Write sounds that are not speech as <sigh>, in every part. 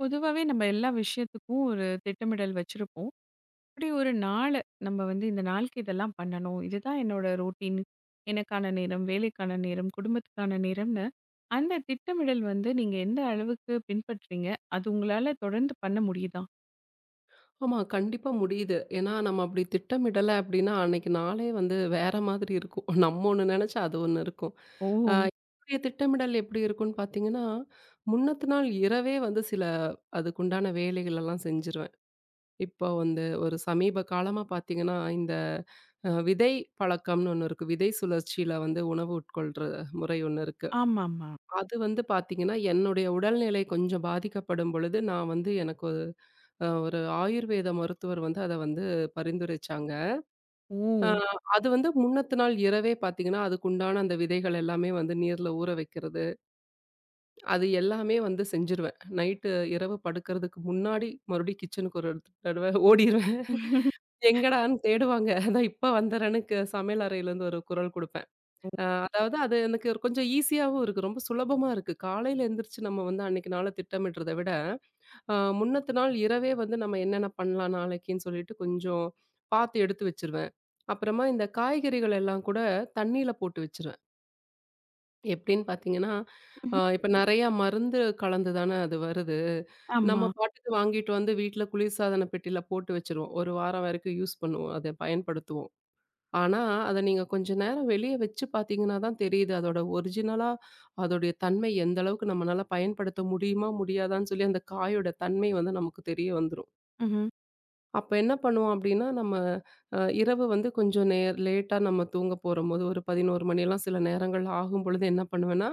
பொதுவாவே நம்ம எல்லா விஷயத்துக்கும் ஒரு திட்டமிடல் வச்சிருப்போம். அப்படி ஒரு நாள நம்ம வந்து இந்த நாளுக்கு இதெல்லாம் பண்ணணும். இதுதான் என்னோட ரொட்டீன். எனக்கான நேரம், வேலைக்கான நேரம், குடும்பத்துக்கான நேரம்னு அந்த திட்டமிடல் வந்து நீங்க எந்த அளவுக்கு பின்பற்றீங்க? அது உங்களால தொடர்ந்து பண்ண முடியுதா? ஆமா. கண்டிப்பா முடியுது. ஏன்னா நம்ம அப்படி திட்டமிடல அப்படின்னா, அன்னைக்கு நாளே வந்து வேற மாதிரி இருக்கும். நம்ம ஒண்ணு நெனச்சா அது ஒண்ணு இருக்கும். ஓ! அ என்னுடைய திட்டமிடல் எப்படி இருக்கும்னு பார்த்தீங்கன்னா, முன்னத்து நாள் இரவே வந்து சில அதுக்குண்டான வேலைகள் எல்லாம் செஞ்சுருவேன். இப்போ வந்து ஒரு சமீப காலமா பார்த்தீங்கன்னா, இந்த விதை பழக்கம்னு ஒண்ணு இருக்கு. விதை சுழற்சியில வந்து உணவு உட்கொள்ற முறை ஒண்ணு இருக்கு. ஆமாமா. அது வந்து பார்த்தீங்கன்னா, என்னுடைய உடல்நிலை கொஞ்சம் பாதிக்கப்படும் பொழுது, நான் வந்து எனக்கு ஒரு ஒரு ஆயுர்வேத மருத்துவர் வந்து அத வந்து பரிந்துரைச்சாங்க. அ ஓ! அது வந்து முன்னத்த நாள் இரவே பார்த்தீங்கன்னா, அதுக்குண்டான அந்த விதைகள் எல்லாமே வந்து நீர்ல ஊற வைக்கிறது. அது எல்லாமே வந்து செஞ்சுருவேன். நைட்டு இரவு படுக்கிறதுக்கு முன்னாடி மறுபடியும் கிச்சனுக்கு ஒரு தடவ ஓடிருவேன். <laughs> எங்கடான்னு தேடுவாங்க. அதான் இப்ப வந்துறேன்னு சமையல் அறையிலேருந்து ஒரு குரல் குடுப்பேன். அதாவது அது எனக்கு ஒரு கொஞ்சம் ஈஸியாவும் இருக்கு. ரொம்ப சுலபமா இருக்கு. காலையில எந்திரிச்சு நம்ம வந்து அன்னைக்கு நாள திட்டமிடுறத விட, அ முன்னத்த நாள் இரவே வந்து நம்ம என்னென்ன பண்ணலாம் நாளைக்குன்னு சொல்லிட்டு கொஞ்சம் பார்த்து எடுத்து வச்சுருவேன். அப்புறமா இந்த காய்கறிகள் எல்லாம் கூட தண்ணீல போட்டு வச்சுருவேன். எப்படின்னு பார்த்தீங்கன்னா, ம்ஹ்ம். இப்ப நெறையா மருந்து கலந்து தானே அது வருது. நம்ம ஆமா. பாட்டுக்கு வாங்கிட்டு வந்து வீட்ல குளிர்சாதன பெட்டியில போட்டு வச்சுருவோம். ஒரு வாரம் வரைக்கும் யூஸ் பண்ணுவோம். அத பயன்படுத்துவோம். ஆனா, அத நீங்க கொஞ்ச நேரம் வெளிய வச்சு பார்த்தீங்கன்னா தான் தெரியுது. அதோட ஒரிஜினலா அதோடைய தன்மை எந்த அளவுக்கு நம்மனால பயன்படுத்த முடியுமா? முடியாதான்னு சொல்லி அந்த காயோட தன்மை வந்து நமக்கு தெரிய வந்துரும். ம்ஹ்ம். அப்ப என்ன பண்ணுவோம் அப்படின்னா, நம்ம அ இரவு வந்து கொஞ்சம் லேட்டா நம்ம தூங்க போறம்போது, ஒரு 11 மணிலாம் சில நேரங்கள் ஆகும் பொழுது என்ன பண்ணுவேன்னா,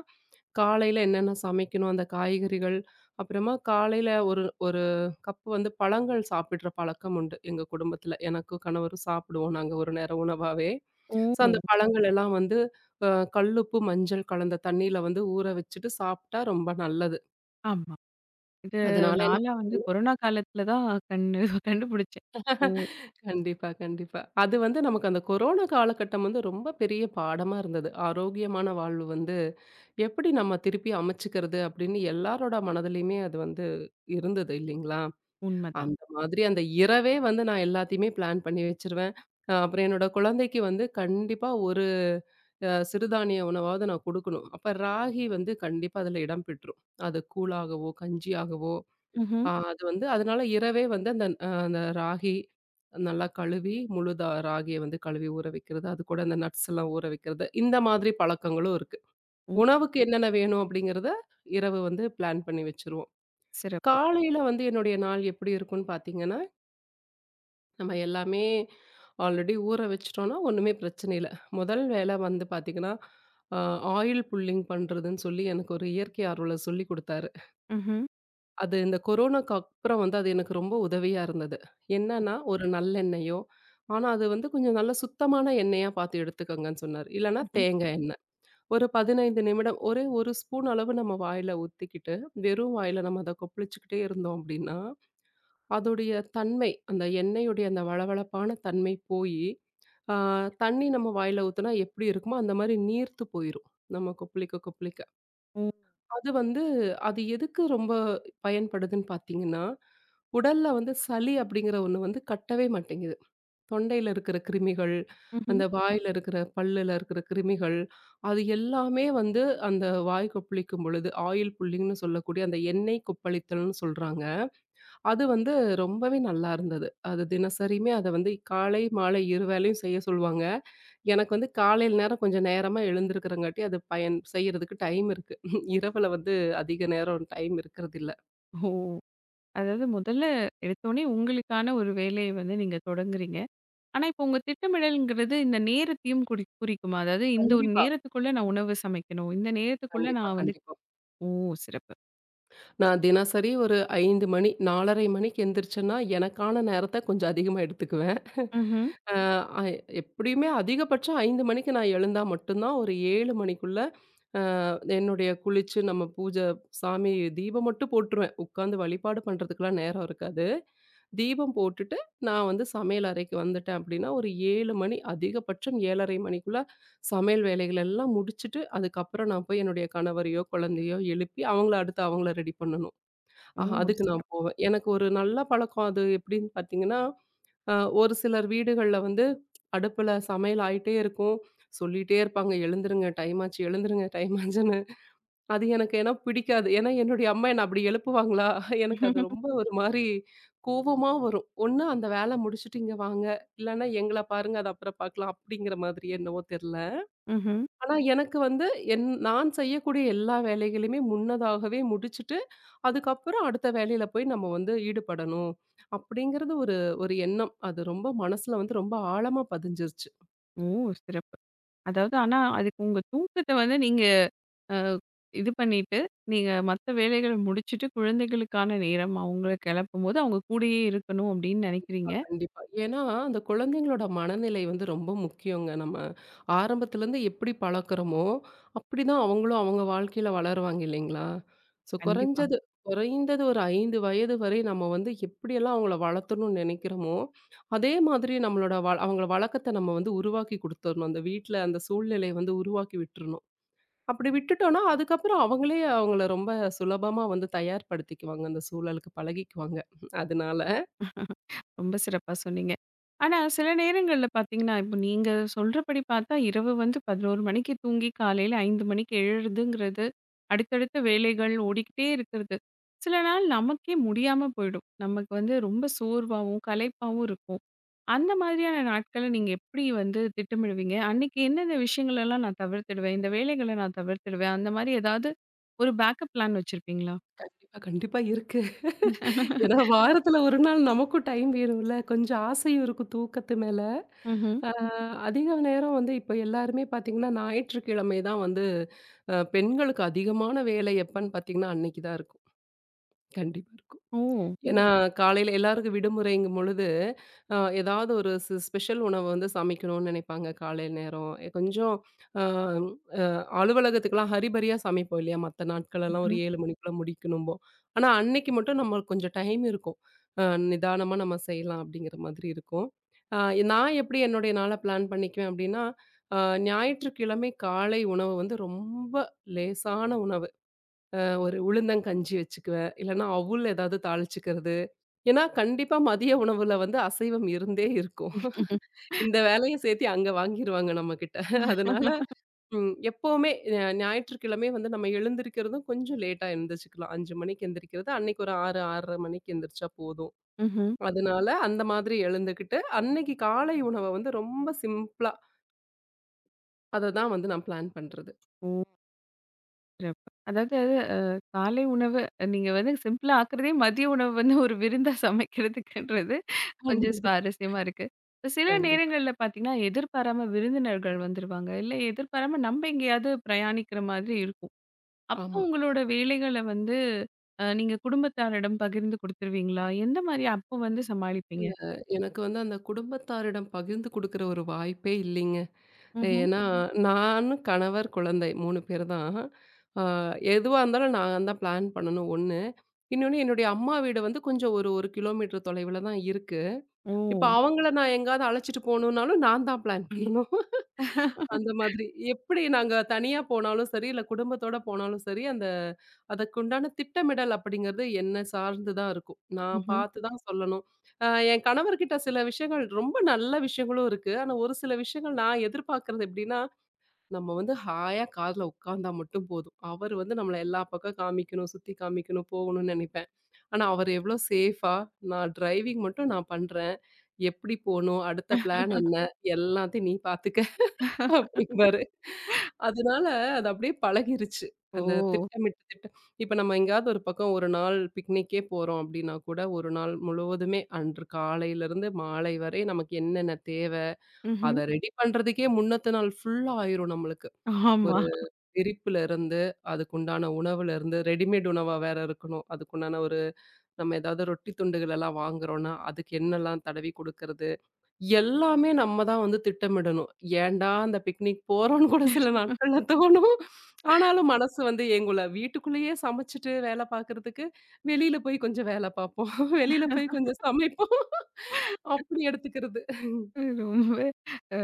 காலையில என்னென்ன சமைக்கணும், அந்த காய்கறிகள், அப்புறமா காலையில ஒரு ஒரு கப் வந்து பழங்கள் சாப்பிடுற பழக்கம் உண்டு எங்க குடும்பத்தில. எனக்கும் கணவரும் சாப்பிடுவோம் நாங்க ஒரு நேரம் உணவாவே. ஓ! ஸோ அந்த பழங்கள் எல்லாம் வந்து அ கல்லுப்பு, மஞ்சள் கலந்த தண்ணீல வந்து ஊற வச்சுட்டு சாப்பிட்டா ரொம்ப நல்லது. ஆமா. இது அதனால நான்லாம் வந்து கொரோனா காலத்துல தான் கண்டுபிடிச்சேன். ஓ! கண்டிப்பா, கண்டிப்பா. அது வந்து நமக்கு அந்த கொரோனா காலகட்டம் வந்து ரொம்ப பெரிய பாடமா இருந்தது. ஆரோக்கியமான வாழ்வு வந்து எப்படி நம்ம திருப்பி அமைச்சுக்கிறது அப்படின்னு எல்லாரோட மனதிலயுமே அது வந்து இருந்தது இல்லைங்களா? உண்மதான். அந்த மாதிரி அந்த இரவே வந்து நான் எல்லாத்தையுமே பிளான் பண்ணி வச்சுருவேன். அ அப்புறம் என்னோட குழந்தைக்கு வந்து கண்டிப்பா ஒரு அ சிறுதானிய உணவாவது நான் குடுக்கணும். அப்ப ராகி வந்து கண்டிப்பா அதில இடம் பெற்றும். அது கூழாகவோ, கஞ்சியாகவோ ம்ஹ்ம். ஆ அது வந்து அதனால இரவே வந்து அந்த அந்த ராகி நல்லா கழுவி முழுதா ராகிய வந்து கழுவி ஊற வைக்கிறது. அது கூட அந்த நட்ஸ் எல்லாம் ஊற வைக்கிறது. இந்த மாதிரி பழக்கங்களும் இருக்கு. ஓ! உணவுக்கு என்னென்ன வேணும் அப்படிங்கிறத இரவு வந்து பிளான் பண்ணி வச்சுருவோம். சிறப்பு. காலையில வந்து என்னுடைய நாள் எப்படி இருக்கும்னு பார்த்தீங்கன்னா, நம்ம எல்லாமே ஆல்ரெடி ஊற வச்சுட்டோம்னா ஒண்ணுமே பிரச்சனை இல்ல. முதல் வேலை வந்து பார்த்தீங்கன்னா, அ ஆயில் புல்லிங் பண்றதுன்னு சொல்லி எனக்கு ஒரு இயற்கை ஆர்வலர் சொல்லிக் குடுத்தாரு. ம்ஹ்ம். அது இந்த கொரோனாக்கு அப்புறம் வந்து அது எனக்கு ரொம்ப உதவியா இருந்தது. என்னன்னா, ஒரு நல்லெண்ணெயோ, ஆனா அது வந்து கொஞ்சம் நல்ல சுத்தமான எண்ணெயா பார்த்து எடுத்துக்கங்கன்னு சொன்னாரு. இல்லன்னா ம்ஹ்ம். தேங்காய் எண்ணெய். ஒரு 15 நிமிடம் ஒரே 1 ஸ்பூன் அளவு நம்ம வாயில ஊத்திக்கிட்டு, வெறும் வாயில நம்ம அத கொப்பளிச்சுக்கிட்டே இருந்தோம் அப்படின்னா, அதோடைய தன்மை, அந்த எண்ணெயுடைய அந்த வழவழப்பான தன்மை போயி, ஆ தண்ணி நம்ம வாயில ஊத்துனா எப்படி இருக்குமோ, அந்த மாரி நீர்த்து போயிரும். நம்ம கொப்பளிக்க கொப்பளிக்க ஓ! அது வந்து அது எதுக்கு ரொம்ப பயன்படுதுன்னு பார்த்தீங்கன்னா, உடல்ல வந்து சளி அப்படிங்கிற ஒண்ணு வந்து கட்டவே மாட்டேங்குது. தொண்டையில இருக்கிற கிருமிகள், ம்ஹ்ம். அந்த வாயில இருக்கிற பல்லுல இருக்கிற கிருமிகள், அது எல்லாமே வந்து அந்த வாய் கொப்பளிக்கும் பொழுது ஆயில் புல்லிங்ன்னு சொல்லக்கூடிய அந்த எண்ணெய் கொப்பளித்தல்னு சொல்றாங்க. அது வந்து ரொம்பவே நல்லா இருந்தது. அது தினசரிமே அத வந்து காலை, மாலை 2 வேளையும் செய்ய சொல்லுவாங்க. எனக்கு வந்து காலையில நேரம் கொஞ்சம் நேரமா எழுந்திருக்கிறங்காட்டி, அது பயன் செய்யறதுக்கு டைம் இருக்கு. இரவுல வந்து அதிக நேரம் டைம் இருக்கிறதில்ல. ஓ! அதாவது முதல்ல எடுத்தோனே உங்களுக்கான ஒரு வேலைய வந்து நீங்க தொடங்குறீங்க. ஆனா, இப்போ உங்க திட்டமிடல்ங்கிறது இந்த நேரத்தையும் குறிக்குமா? அதாவது இந்த ஒரு கண்டிப்பா, நேரத்துக்குள்ள நான் உணவு சமைக்கணும். இந்த நேரத்துக்குள்ள கண்டிப்பா, நான் வந்து கண்டிப்பா. ஓ! சிறப்பு. நான் தினசரி ஒரு 5 மணி, 4:30 மணிக்கு எந்திரிச்சேன்னா, எனக்கான நேரத்த கொஞ்சம் அதிகமா எடுத்துக்குவேன். ம்ஹ்ம். அ அ எப்படியுமே அதிகபட்சம் 5 மணிக்கு நான் எழுந்தா மட்டும் தான், ஒரு 7 மணிக்குள்ள என்னுடைய குளிச்சு, நம்ம பூஜை சாமி தீபம் மட்டும் போட்டுருவேன். உட்காந்து வழிபாடு பண்றதுக்கெல்லாம் நேரம் இருக்காது. தீபம் போட்டுட்டு நான் வந்து சமையல் அறைக்கு வந்துட்டேன் அப்படின்னா, ஒரு 7 மணி அதிகபட்சம் 7:30 மணிக்குள்ள சமையல் வேலைகள் எல்லாம் முடிச்சுட்டு, அதுக்கப்புறம் நான் போய் என்னுடைய கணவரையோ, குழந்தையோ எழுப்பி அவங்கள அடுத்து அவங்கள ரெடி பண்ணணும். ஓ! ஆஹ அதுக்கு சிறப்பு. நான் போவேன். எனக்கு ஒரு நல்ல பழக்கம் அது எப்படின்னு பார்த்தீங்கன்னா, அ ஒரு சிலர் வீடுகள்ல வந்து அடுப்புல சமையல் ஆயிட்டே இருக்கும். சொல்லிட்டே இருப்பாங்க, "எழுந்துருங்க டைம் ஆச்சு, எழுந்துருங்க டைம் ஆச்சுன்னு." அது எனக்கு ஏன்னா பிடிக்காது. ஏன்னா என்னுடைய அம்மா என்ன அப்படி எழுப்புவாங்களா? எனக்கு அது ரொம்ப ஒரு மாரி கோவமா வரும். ஒண்ணு அந்த வேல முடிச்சுட்டு இங்க வாங்க. இல்லன்னா எங்கள பாருங்க அது அப்புறம் பார்க்கலாம். அப்படிங்கிற மாதிரி என்னவோ தெரியல. ம்ஹ்ம். ஆனா எனக்கு வந்து நான் செய்யக்கூடிய எல்லா வேலைகளையுமே முன்னதாகவே முடிச்சுட்டு, அதுக்கப்புறம் அடுத்த வேலையில போய் நம்ம வந்து ஈடுபடணும். அப்படிங்கிறது ஒரு ஒரு எண்ணம். அது ரொம்ப மனசுல வந்து ரொம்ப ஆழமா பதிஞ்சிருச்சு. ஓ! சிறப்பு. அதாவது ஆனா, அதுக்கு உங்க தூக்கத்த வந்து நீங்க அ இது பண்ணிட்டு, நீங்க மத்த வேலைகள முடிச்சுட்டு குழந்தைகளுக்கான நேரம் அவங்கள கெளப்பும்போது அவங்க கூடயே இருக்கணும் அப்படின்னு கண்டிப்பா, நெனைக்கிறீங்க. கண்டிப்பா. ஏன்னா, அந்த குழந்தைங்களோட மனநிலை வந்து ரொம்ப முக்கியங்க. நம்ம ஆரம்பத்துலேருந்து எப்படி பழக்குறோமோ, அப்படிதான் அவங்களும் அவங்க வாழ்க்கையில வளருவாங்க இல்லைங்களா? ஸோ கண்டிப்பா. குறைந்தது ஒரு 5 வயது வரை நம்ம வந்து எப்படியெல்லாம் அவங்கள வளர்த்தணும்னு நினைக்கிறோமோ, அதே மாதிரி நம்மளோட அவங்கள வழக்கத்த நம்ம வந்து உருவாக்கி குடுத்துரணும். அந்த வீட்ல அந்த சூழ்நிலைய வந்து உருவாக்கி விட்டுறணும். அப்படி விட்டுட்டோம்னா, அதுக்கப்புறம் அவங்களே அவங்கள ரொம்ப சுலபமா வந்து தயார்படுத்திக்குவாங்க. அந்த சூழலுக்கு பழகிக்குவாங்க. அதனால. ரொம்ப சிறப்பா சொன்னீங்க. ஆனா, சில நேரங்கள்ல பார்த்தீங்கன்னா, இப்போ நீங்க சொல்றபடி பார்த்தா, இரவு வந்து 11 மணிக்கு தூங்கி காலையில 5 மணிக்கு எழுறதுங்கிறது, அடுத்தடுத்த வேலைகள் ஓடிக்கிட்டே இருக்கிறது. சில நாள் நமக்கே முடியாம போயிடும். நமக்கு வந்து ரொம்ப சோர்வாவும், களைப்பாவும் இருக்கும். அந்த மாதிரியான நாட்கள நீங்க எப்படி வந்து திட்டமிடுவீங்க? அன்னைக்கு என்னென்ன விஷயங்களெல்லாம் நான் தவிர்த்துடுவேன்? இந்த வேலைகள நான் தவிர்த்துடுவேன். அந்த மாரி ஏதாவது ஒரு பேக்கப் பிளான் வச்சிருப்பீங்களா? கண்டிப்பா, கண்டிப்பா இருக்கு. ஏன்னா வாரத்துல ஒரு நாள் நமக்கும் டைம் வேணும்ல. கொஞ்சம் ஆசையும் இருக்கும் தூக்கத்து மேல. ம்ஹ்ம். அ அதிக நேரம் வந்து இப்ப எல்லாருமே பார்த்தீங்கன்னா, ஞாயிற்றுக்கிழமை தான் வந்து அ பெண்களுக்கு அதிகமான வேலை எப்பன்னு பார்த்தீங்கன்னா, அன்னைக்கு தான் இருக்கும். கண்டிப்பா இருக்கும். ஓ! ஏன்னா, காலையில எல்லாருக்கும் விடுமுறைங்கும் பொழுது, அ ஏதாவது ஒரு ஸ்பெஷல் உணவு வந்து சமைக்கணும்னு நினைப்பாங்க காலை நேரம். கொஞ்சம் அ அ அலுவலகத்துக்கெல்லாம் ஹரிபரியா சமைப்போம் இல்லையா? மத்த நாட்களெல்லாம் ஒரு ம்ஹ்ம். 7 மணிக்குள்ள முடிக்கணும்போம். ஆனா, அன்னைக்கு மட்டும் நம்மளுக்கு கொஞ்சம் டைம் இருக்கும். அ நிதானமா நம்ம செய்யலாம் அப்படிங்கிற மாதிரி இருக்கும். அ நான் எப்படி என்னுடைய நாள பிளான் பண்ணிக்குவேன் அப்படின்னா, அ ஞாயிற்றுக்கிழமை காலை உணவு வந்து ரொம்ப லேசான உணவு. ஒரு உளுந்தங்கஞ்சி வச்சுக்குவேன். இல்லன்னா, அவுல் ஏதாவது தாளிச்சுக்கிறது. ஏன்னா, கண்டிப்பா மதிய உணவுல வந்து அசைவம் இருந்தே இருக்கும். இந்த வேலைய சேர்த்தி அங்க வாங்கிருவாங்க நம்மகிட்ட. அதனால எப்பவுமே அ ஞாயிற்றுக்கிழமை வந்து நம்ம எழுந்திரிக்கிறதும் கொஞ்சம் லேட்டா எழுந்திரிச்சுக்கலாம். 5 மணிக்கு எந்திரிக்கிறது. அன்னைக்கு ஒரு 6, 6:30 மணிக்கு எந்திரிச்சா போதும். ம்ஹ்ம். அதனால அந்த மாதிரி எழுந்துக்கிட்டு, அன்னைக்கு காலை உணவ வந்து ரொம்ப சிம்பிளா அத தான் வந்து நான் பிளான் பண்றது. ஓ! சிறப்பு. அதாவது அ காலை உணவு நீங்க வந்து சிம்பிளா ஆக்குறதே மதிய உணவு வந்து ஒரு விருந்தா சமைக்கிறதுக்குன்றது கொஞ்சம் கண்டிப்பா, சுவாரஸ்யமா இருக்கு. இப்ப சில கண்டிப்பா. நேரங்கள்ல பார்த்தீங்கன்னா, எதிர்பாராம விருந்தினர்கள் வந்துருவாங்க. இல்ல எதிர்பாராம நம்ம எங்கேயாவது பிரயாணிக்கிற மாதிரி இருக்கும். அப்போ ஆமா. உங்களோட வேலைகள வந்து நீங்க குடும்பத்தாரிடம் பகிர்ந்து குடுத்துருவீங்களா? எந்த மாரி அப்போ வந்து சமாளிப்பீங்க? இல்ல, எனக்கு வந்து அந்த குடும்பத்தாரிடம் பகிர்ந்து குடுக்குற ஒரு வாய்ப்பே இல்லைங்க. ம்ஹ்ம். ஏன்னா, ம். நானு, கணவர், குழந்தை 3 பேர் தான். ஆ எதுவா இருந்தாலும் நான் தான் பிளான் பண்ணணும் 1. இன்னொன்னு என்னுடைய அம்மா வீடு வந்து கொஞ்சம் ஒரு 1 கிலோமீட்டர் தொலைவுல தான் இருக்கு. ஓ! இப்ப அவங்கள நான் எங்கயாவது அழைச்சிட்டு போணும்னாலும் நான் தான் பிளான் பண்ணணும். அந்த மாதிரி. எப்படி நாங்க தனியா போனாலும் சரி, இல்ல குடும்பத்தோட போனாலும் சரி, அந்த அதற்குண்டான திட்டமிடல் அப்படிங்கிறது என்ன சார்ந்து தான் இருக்கும். நான் ம்ஹ்ம். பார்த்து தான் சொல்லணும். அ என் கணவர்கிட்ட சில விஷயங்கள் ரொம்ப நல்ல விஷயங்களும் இருக்கு. ஆனா ஒரு சில விஷயங்கள் நான் எதிர்பார்க்கிறது எப்படின்னா, நம்ம வந்து ஹாயா கார்ல உட்கார்ந்தா மட்டும் போதும். அவர் வந்து நம்மள எல்லா பக்கம் காமிக்கணும், சுத்தி காமிக்கணும், போகணும்னு நினைப்பாரு. ஆனா, அவரு எவ்ளோ சேஃபா, "நான் டிரைவிங் மட்டும் பண்றேன். எப்படி போணும்? அடுத்த பிளான் என்ன? எல்லாத்தையும் நீ பார்த்துக்க" <laughs> அப்படிம்பாரு. அதனால அது அப்படியே பழகிருச்சு. ஓ! அந்த திட்டமிட்டு திட்ட இப்ப நம்ம எங்கேயாவது ஒரு பக்கம் 1 நாள் பிக்னிக்கே போறோம் அப்படின்னா கூட, 1 நாள் முழுவதுமே அன்று காலையிலருந்து மாலை வரை நமக்கு என்னென்ன தேவை, ம்ஹ்ம். அத ரெடி பண்றதுக்கே முன்னத்த நாள் ஃபுல்லா ஆயிரும் நம்மளுக்கு. ஆமா. ஒரு விரிப்புலருந்து, அதுக்குண்டான உணவுலருந்து, ரெடிமேட் உணவா வேற இருக்கணும். அதுக்குண்டான ஒரு நம்ம ஏதாவது ரொட்டி துண்டுகள் எல்லாம் வாங்குறோம்னா, அதுக்கு என்னலாம் தடவி குடுக்கறது? எல்லாமே நம்ம தான் வந்து திட்டமிடணும். ஏன்டா அந்த பிக்னிக் போறோம்ன்னு கூட சில நாட்கள்ல தோணும். ஆனாலும் மனசு வந்து ஏங்கும்ல. வீட்டுக்குள்ளேயே சமைச்சுட்டு வேல பார்க்கறதுக்கு, வெளியில போய் கொஞ்சம் வேல பார்ப்போம். வெளியில போய் கொஞ்சம் சமைப்போம். அப்படி எடுத்துக்கிறது. ரொம்ப அ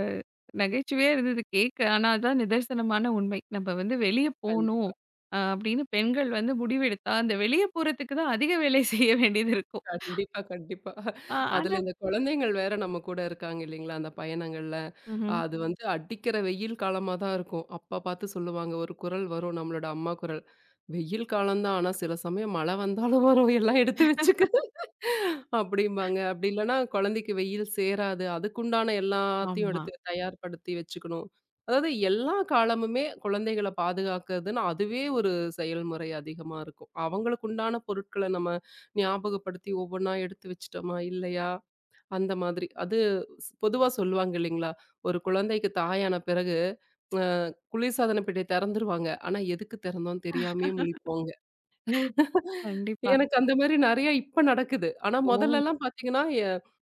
நகைச்சுவையா இருந்தது கேட்க. ஆனா, அதான் நிதர்சனமான உண்மை. நம்ம வந்து வெளிய போணும் கண்டிப்பா, அப்படின்னு பெண்கள் வந்து முடிவெடுத்தா, அந்த வெளிய போறதுக்கு தான் அதிக வேலை <laughs> செய்ய வேண்டியது இருக்கும். கண்டிப்பா, கண்டிப்பா. அ அதுல ஆனா இந்த குழந்தைங்கள் வேற நம்ம கூட இருக்காங்க இல்லைங்களா? அந்த பயணங்கள்ல. ம்ஹ்ம். அது வந்து அடிக்கிற வெயில் காலமா தான் இருக்கும். அப்ப பார்த்து சொல்லுவாங்க. ஒரு குரல் வரும் நம்மளோட அம்மா குரல். "வெயில் காலம் தான். ஆனா சில சமயம் மழை வந்தாலும் வரும். எல்லாம் எடுத்து வச்சுக்க" அப்படிம்பாங்க. அப்படி இல்லன்னா குழந்தைக்கு வெயில் சேராது. அதுக்குண்டான எல்லாத்தையும் ஆமா. எடுத்து தயார்படுத்தி வச்சுக்கணும். அதாவது எல்லா காலமுமே குழந்தைகள பாதுகாக்கிறதுன்னு அதுவே ஒரு செயல்முறை அதிகமா இருக்கும். அவங்களுக்கு உண்டான பொருட்கள நம்ம ஞாபகப்படுத்தி ஒவ்வொன்னா எடுத்து வச்சுட்டோமா? இல்லையா? அந்த மாதிரி. அது பொதுவா சொல்லுவாங்க இல்லைங்களா? ஒரு குழந்தைக்கு தாயான பிறகு, அ குளிர்சாதன பெட்டிய தெறந்துருவாங்க. ஆனா, எதுக்கு தெறந்தோம்னு தெரியாமயே முழிப்போங்க. கண்டிப்பா. எனக்கு அந்த மாரி நெறைய இப்ப நடக்குது. ஆனா, ஓ! மொதல்லலாம் பாத்தீங்கன்னா,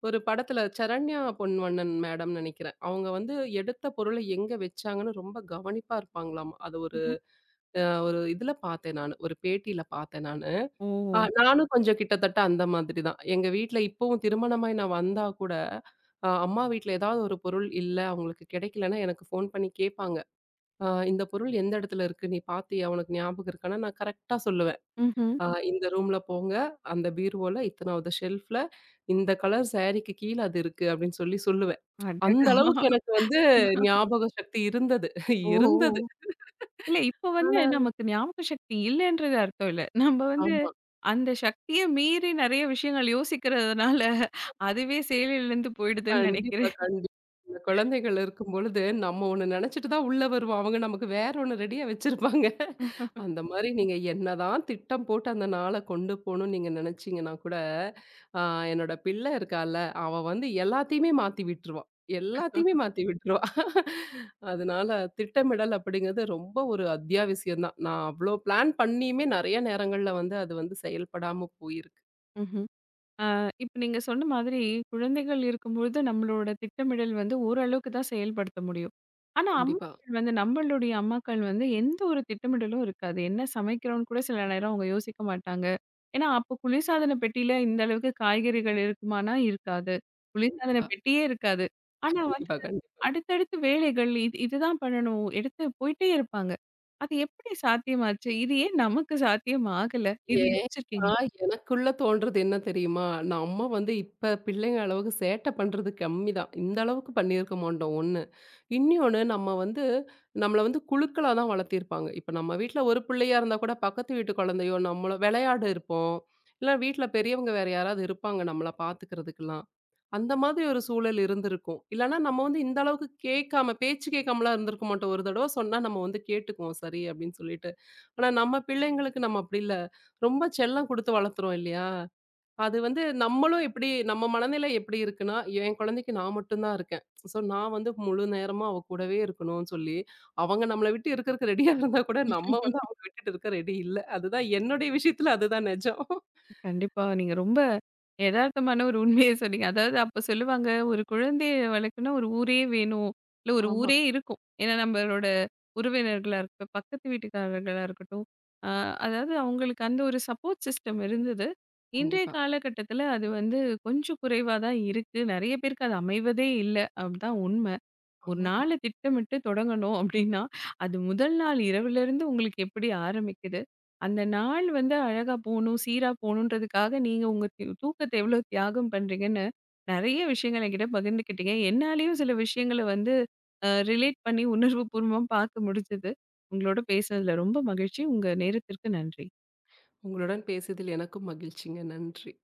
ஒரு படத்துல சரண்யா பொன்வண்ணன் மேடம் நெனைக்கிறேன். அவங்க வந்து எடுத்த பொருள எங்க வச்சாங்கன்னு ரொம்ப கவனிப்பா இருப்பாங்களாம். அது ஒரு ம்ஹ்ம். ஒரு இதுல பாத்தேன் நானு. ஒரு பேட்டியில பாத்தேன் நானு. அ ஓ! நானும் கொஞ்சம் கிட்டத்தட்ட அந்த மாதிரி தான். எங்க வீட்ல இப்பவும் திருமணமாயி நான் வந்தா கூட, அ அம்மா வீட்ல ஏதாவது ஒரு பொருள் இல்ல, அவங்களுக்கு கிடைக்கலன்னா எனக்கு ஃபோன் பண்ணி கேட்பாங்க. அ "இந்த பொருள் எந்த இடத்துல இருக்கு? நீ பார்த்தியா? உனக்கு ஞாபகம் இருக்கான்னா?" நான் கரெக்ட்டா சொல்லுவேன். ம்ஹ்ம். "அ "இந்த ரூம்ல போங்க, அந்த பீரோல இத்தனாவது ஷெல்ஃப்ல இந்த கலர் சாரீக்கு கீழ அது இருக்கு." அப்படின்னு சொல்லுவேன். அந்த அளவுக்கு அடடா! எனக்கு வந்து ஞாபக சக்தி இருந்தது. <laughs> ஓ! இருந்தது. இல்ல இப்ப வந்து ஆனா நமக்கு ஞாபக சக்தி இல்லன்றது அர்த்தம் இல்ல. நம்ம வந்து ஆமா. அந்த சக்திய மீறி நெறைய விஷயங்கள் யோசிக்கிறதுனால, அதுவே செயலிழந்து போயிடுதுன்னு கண்டிப்பா, நெனைக்கிறேன். கண்டிப்பா. இந்த குழந்தைகள் இருக்கும்பொழுது, நம்ம ஒண்ணு நெனச்சுட்டு தான் உள்ள வருவோம். அவங்க நமக்கு வேற ஒண்ணு ரெடியா வச்சிருப்பாங்க. அந்த மாரி நீங்க என்னதான் திட்டம் போட்டு அந்த நாள கொண்டு போணும்னு நீங்க நெனச்சீங்கன்னா கூட, ஆ என்னோட பிள்ளை இருக்கால்ல, அவ வந்து எல்லாத்தையுமே மாத்தி விட்டுருவா. அதனால திட்டமிடல் அப்படிங்கிறது ரொம்ப ஒரு அத்தியாவசியம் தான். நான் அவ்ளோ பிளான் பண்ணியுமே நெறைய நேரங்கள்ல வந்து அது வந்து செயல்படாம போயிருக்கு. ம்ஹ்ம். ஆ, இப்ப நீங்க சொன்ன மாதிரி குழந்தைகள் இருக்கும்பொழுது நம்மளோட திட்டமிடல் வந்து ஓரளவுக்கு தான் செயல்படுத்த முடியும். ஆனா, கண்டிப்பா, அம்மாக்கள் வந்து நம்மளுடைய அம்மாக்கள் வந்து எந்த ஒரு திட்டமிடலும் இருக்காது. என்ன சமைக்கிறோம்னு கூட சில நேரம் அவங்க யோசிக்க மாட்டாங்க. ஏன்னா, அப்போ குளிர்சாதன பெட்டியில இந்த அளவுக்கு காய்கறிகள் இருக்குமானா இருக்காது. குளிர்சாதன கண்டிப்பா, பெட்டியே இருக்காது. ஆனா வந்து கண்டிப்பா, கண்டிப்பா. அடுத்தடுத்து வேலைகள் இது இதுதான் பண்ணணும் எடுத்து போயிட்டே இருப்பாங்க. அது எப்படி சாத்தியமாச்சு? இது ஏன் நமக்கு சாத்தியம் ஆகல? இது ஏன்னா, யோசிச்சிருக்கீங்களா? எனக்குள்ள தோன்றது என்ன தெரியுமா? நம்ம வந்து இப்ப பிள்ளைங்க அளவுக்கு சேட்டை பண்றது கம்மி தான். இந்த அளவுக்கு பண்ணியிருக்க மாட்டோம் ஒண்ணு. இன்னியொன்னு நம்மள வந்து குழுக்களா தான் வளர்த்திருப்பாங்க. இப்ப நம்ம வீட்ல ஒரு பிள்ளையா இருந்தா கூட பக்கத்து வீட்டு குழந்தையோ நம்மளோ விளையாட இருப்போம். இல்ல வீட்ல பெரியவங்க வேற யாராவது இருப்பாங்க நம்மள பார்த்துக்கிறதுக்கெல்லாம். அந்த மாதிரி ஒரு சூழல் இருந்திருக்கும். இல்லன்னா நம்ம வந்து இந்த அளவுக்கு கேட்காம, பேச்சு கேட்காமலாம் இருந்திருக்க மாட்டோம். ஒரு தடவ சொன்னா நம்ம வந்து கேட்டுக்குவோம். சரி அப்படின்னு சொல்லிட்டு. ஆனா நம்ம பிள்ளைங்களுக்கு நம்ம அப்படி இல்ல. ரொம்ப செல்லம் குடுத்து வளர்த்துறோம் இல்லையா? அது வந்து நம்மளும் எப்படி நம்ம மனநிலை இருக்குன்னா, என் குழந்தைக்கு நான் மட்டும் தான் இருக்கேன். ஸோ நான் வந்து முழு நேரமா அவ கூடவே இருக்கணும்னு சொல்லி, அவங்க நம்மள விட்டு இருக்கறக்கு ரெடியா இருந்தா கூட நம்ம வந்து அவங்கள விட்டுட்டு இருக்க ரெடி இல்ல. அதுதான் என்னுடைய விஷயத்துல நெஜம். கண்டிப்பா. நீங்க ரொம்ப எதார்த்தமான ஒரு உண்மைய சொன்னீங்க. அதாவது அப்ப சொல்லுவாங்க, "ஒரு குழந்தைய வளர்க்கணும்னா ஒரு ஊரே வேணும். இல்ல ஒரு ஆமா. ஊரே இருக்கும்." ஏன்னா நம்மளோட உறவினர்களா இருக்கட்டும், பக்கத்து வீட்டுக்காரர்களா இருக்கட்டும், அ அதாவது அவங்களுக்கு அந்த ஒரு சப்போர்ட் சிஸ்டம் இருந்தது. இன்றைய கண்டிப்பா. காலகட்டத்தில அது வந்து கொஞ்சம் குறைவா தான் இருக்கு. நெறைய பேருக்கு அது அமைவதே இல்ல. அப்டிதான் உண்ம. ஒரு ஆமா. நாள திட்டமிட்டு தொடங்கணும் அப்படின்னா, அது முதல் நாள் இரவிலிருந்து உங்களுக்கு எப்படி ஆரம்பிக்குது? அந்த நாள் வந்து அழகா போணும், சீரா போணுன்றதுக்காக நீங்க உங்க தூக்கத்த எவ்வளோ தியாகம் பண்றீங்கன்னு, நெறைய விஷயங்கள் என்கிட்ட பகிர்ந்துக்கிட்டீங்க. என்னாலயும் சில விஷயங்கள வந்து ரிலேட் பண்ணி உணர்வுபூர்வமா பார்க்க முடிஞ்சது. உங்களோட பேசினதுல ரொம்ப மகிழ்ச்சி. உங்க நேரத்திற்கு நன்றி. உங்களுடன் பேசியதில் எனக்கும் மகிழ்ச்சிங்க. நன்றி.